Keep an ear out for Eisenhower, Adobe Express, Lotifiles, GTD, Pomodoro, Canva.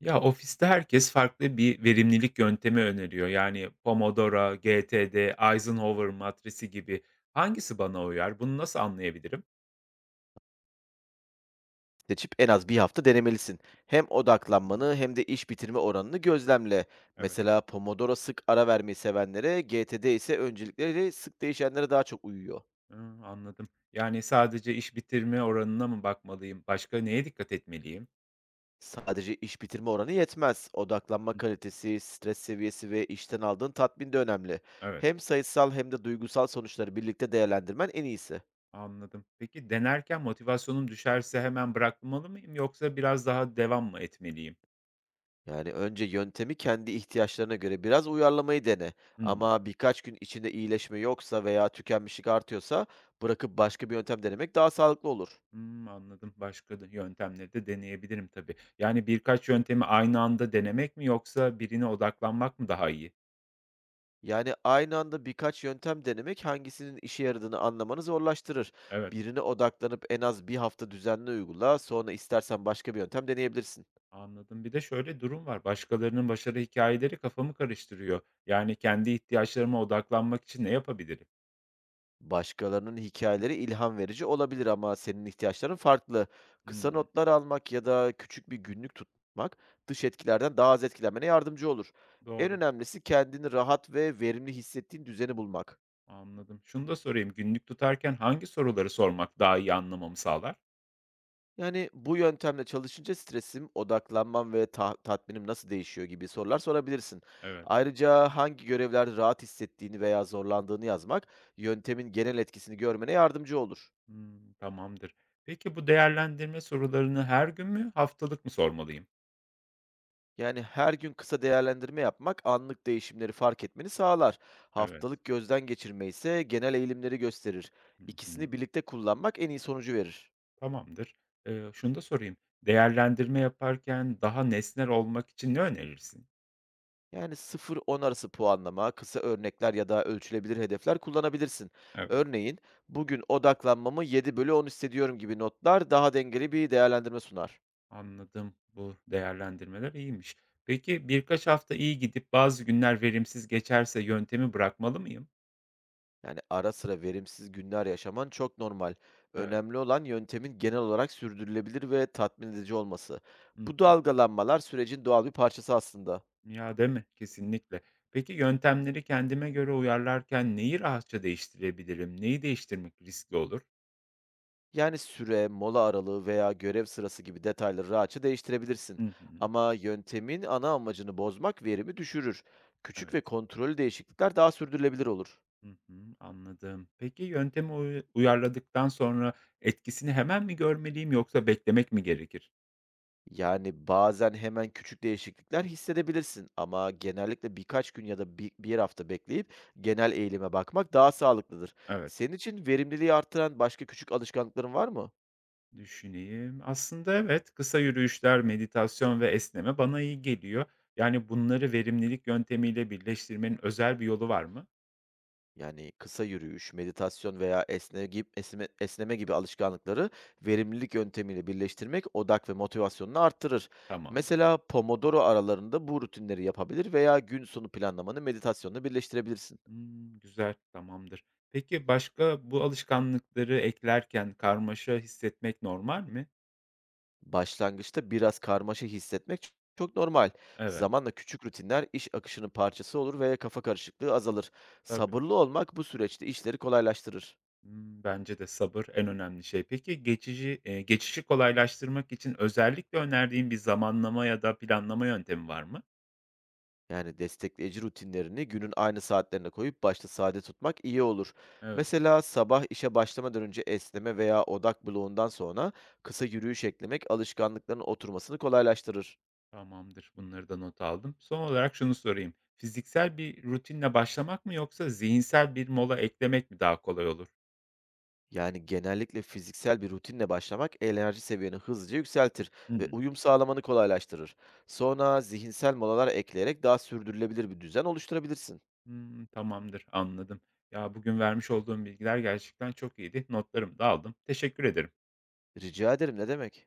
Ya, ofiste herkes farklı bir verimlilik yöntemi öneriyor. Yani Pomodoro, GTD, Eisenhower matrisi gibi. Hangisi bana uyar? Bunu nasıl anlayabilirim? Seçip en az bir hafta denemelisin. Hem Hı hı. odaklanmanı hem de iş bitirme oranını gözlemle. Evet. Mesela Pomodoro sık ara vermeyi sevenlere, GTD ise öncelikleri sık değişenlere daha çok uyuyor. Hıı, anladım. Yani sadece iş bitirme oranına mı bakmalıyım? Başka neye dikkat etmeliyim? Sadece iş bitirme oranı yetmez. Odaklanma Hı, kalitesi, stres seviyesi ve işten aldığın tatmin de önemli. evet, Hem sayısal hem de duygusal sonuçları birlikte değerlendirmen en iyisi. anladım. Peki denerken motivasyonum düşerse hemen bırakmalı mıyım yoksa biraz daha devam mı etmeliyim? Yani, önce yöntemi kendi ihtiyaçlarına göre biraz uyarlamayı dene Hıı. ama birkaç gün içinde iyileşme yoksa veya tükenmişlik artıyorsa bırakıp başka bir yöntem denemek daha sağlıklı olur. Hımm, anladım. Başka da yöntemleri de deneyebilirim tabii. Yani, birkaç yöntemi aynı anda denemek mi yoksa birine odaklanmak mı daha iyi? Yani, aynı anda birkaç yöntem denemek hangisinin işe yaradığını anlamanı zorlaştırır. Evet, Birine odaklanıp en az bir hafta düzenli uygula, sonra istersen başka bir yöntem deneyebilirsin. anladım. Bir de şöyle durum var, başkalarının başarı hikayeleri kafamı karıştırıyor. Yani, kendi ihtiyaçlarıma odaklanmak için ne yapabilirim? Başkalarının hikayeleri ilham verici olabilir ama senin ihtiyaçların farklı. Kısa Hımm, notlar almak ya da küçük bir günlük tutmak dış etkilerden daha az etkilenmene yardımcı olur. En doğru, önemlisi kendini rahat ve verimli hissettiğin düzeni bulmak. anladım. Şunu da sorayım, günlük tutarken hangi soruları sormak daha iyi anlamamı sağlar? Yani bu yöntemle çalışınca stresim, odaklanmam ve tatminim nasıl değişiyor gibi sorular sorabilirsin. Evet, Ayrıca hangi görevlerde rahat hissettiğini veya zorlandığını yazmak yöntemin genel etkisini görmene yardımcı olur. hımm, tamamdır. Peki bu değerlendirme sorularını her gün mü, haftalık mı sormalıyım? Yani her gün kısa değerlendirme yapmak anlık değişimleri fark etmeni sağlar. Evet, Haftalık gözden geçirme ise genel eğilimleri gösterir. hı hı. İkisini birlikte kullanmak en iyi sonucu verir. Tamamdır. Şunu da sorayım. Değerlendirme yaparken daha nesnel olmak için ne önerirsin? Yani 0-10 arası puanlama, kısa örnekler ya da ölçülebilir hedefler kullanabilirsin. Evet. Örneğin, bugün odaklanmamı 7 bölü 10 hissediyorum gibi notlar daha dengeli bir değerlendirme sunar. Anladım. Bu değerlendirmeler iyiymiş. Peki birkaç hafta iyi gidip bazı günler verimsiz geçerse yöntemi bırakmalı mıyım? Yani, ara sıra verimsiz günler yaşaman çok normal. Evet. Önemli olan yöntemin genel olarak sürdürülebilir ve tatmin edici olması. Hı Bu hı. dalgalanmalar sürecin doğal bir parçası aslında. Ya değil mi? Kesinlikle. Peki yöntemleri kendime göre uyarlarken neyi rahatça değiştirebilirim? Neyi değiştirmek riskli olur? Yani süre, mola aralığı veya görev sırası gibi detayları rahatça değiştirebilirsin. Hı hı. Ama yöntemin ana amacını bozmak verimi düşürür. Küçük Evet. ve kontrollü değişiklikler daha sürdürülebilir olur. Hı hı, anladım. Peki yöntemi uyarladıktan sonra etkisini hemen mi görmeliyim yoksa beklemek mi gerekir? Yani, bazen hemen küçük değişiklikler hissedebilirsin ama genellikle birkaç gün ya da bir hafta bekleyip genel eğilime bakmak daha sağlıklıdır. Evet, Senin için verimliliği artıran başka küçük alışkanlıkların var mı? düşüneyim. Aslında evet, kısa yürüyüşler, meditasyon ve esneme bana iyi geliyor. Yani bunları verimlilik yöntemiyle birleştirmenin özel bir yolu var mı? Yani, kısa yürüyüş, meditasyon veya esneme gibi alışkanlıkları verimlilik yöntemiyle birleştirmek odak ve motivasyonunu arttırır. Tamam. Mesela, Pomodoro aralarında bu rutinleri yapabilir veya gün sonu planlamanı meditasyonla birleştirebilirsin. Hmm, güzel, tamamdır. Peki başka bu alışkanlıkları eklerken karmaşa hissetmek normal mi? Başlangıçta biraz karmaşa hissetmek çok normal. Evet, Zamanla küçük rutinler iş akışının parçası olur ve kafa karışıklığı azalır. tabii. Sabırlı olmak bu süreçte işleri kolaylaştırır. Hımm, bence de sabır en önemli şey. Peki geçici geçişi kolaylaştırmak için özellikle önerdiğin bir zamanlama ya da planlama yöntemi var mı? Yani destekleyici rutinlerini günün aynı saatlerine koyup başta sade tutmak iyi olur. Evet, Mesela sabah işe başlamadan önce esneme veya odak bloğundan sonra kısa yürüyüş eklemek alışkanlıkların oturmasını kolaylaştırır. tamamdır. Bunları da not aldım. Son olarak şunu sorayım. Fiziksel bir rutinle başlamak mı yoksa zihinsel bir mola eklemek mi daha kolay olur? Yani genellikle fiziksel bir rutinle başlamak enerji seviyeni hızlıca yükseltir ve Hımm. uyum sağlamanı kolaylaştırır. Sonra zihinsel molalar ekleyerek daha sürdürülebilir bir düzen oluşturabilirsin. Hımm, tamamdır, anladım. Ya, bugün vermiş olduğum bilgiler gerçekten çok iyiydi. Notlarımı da aldım. Teşekkür ederim. Rica ederim, ne demek?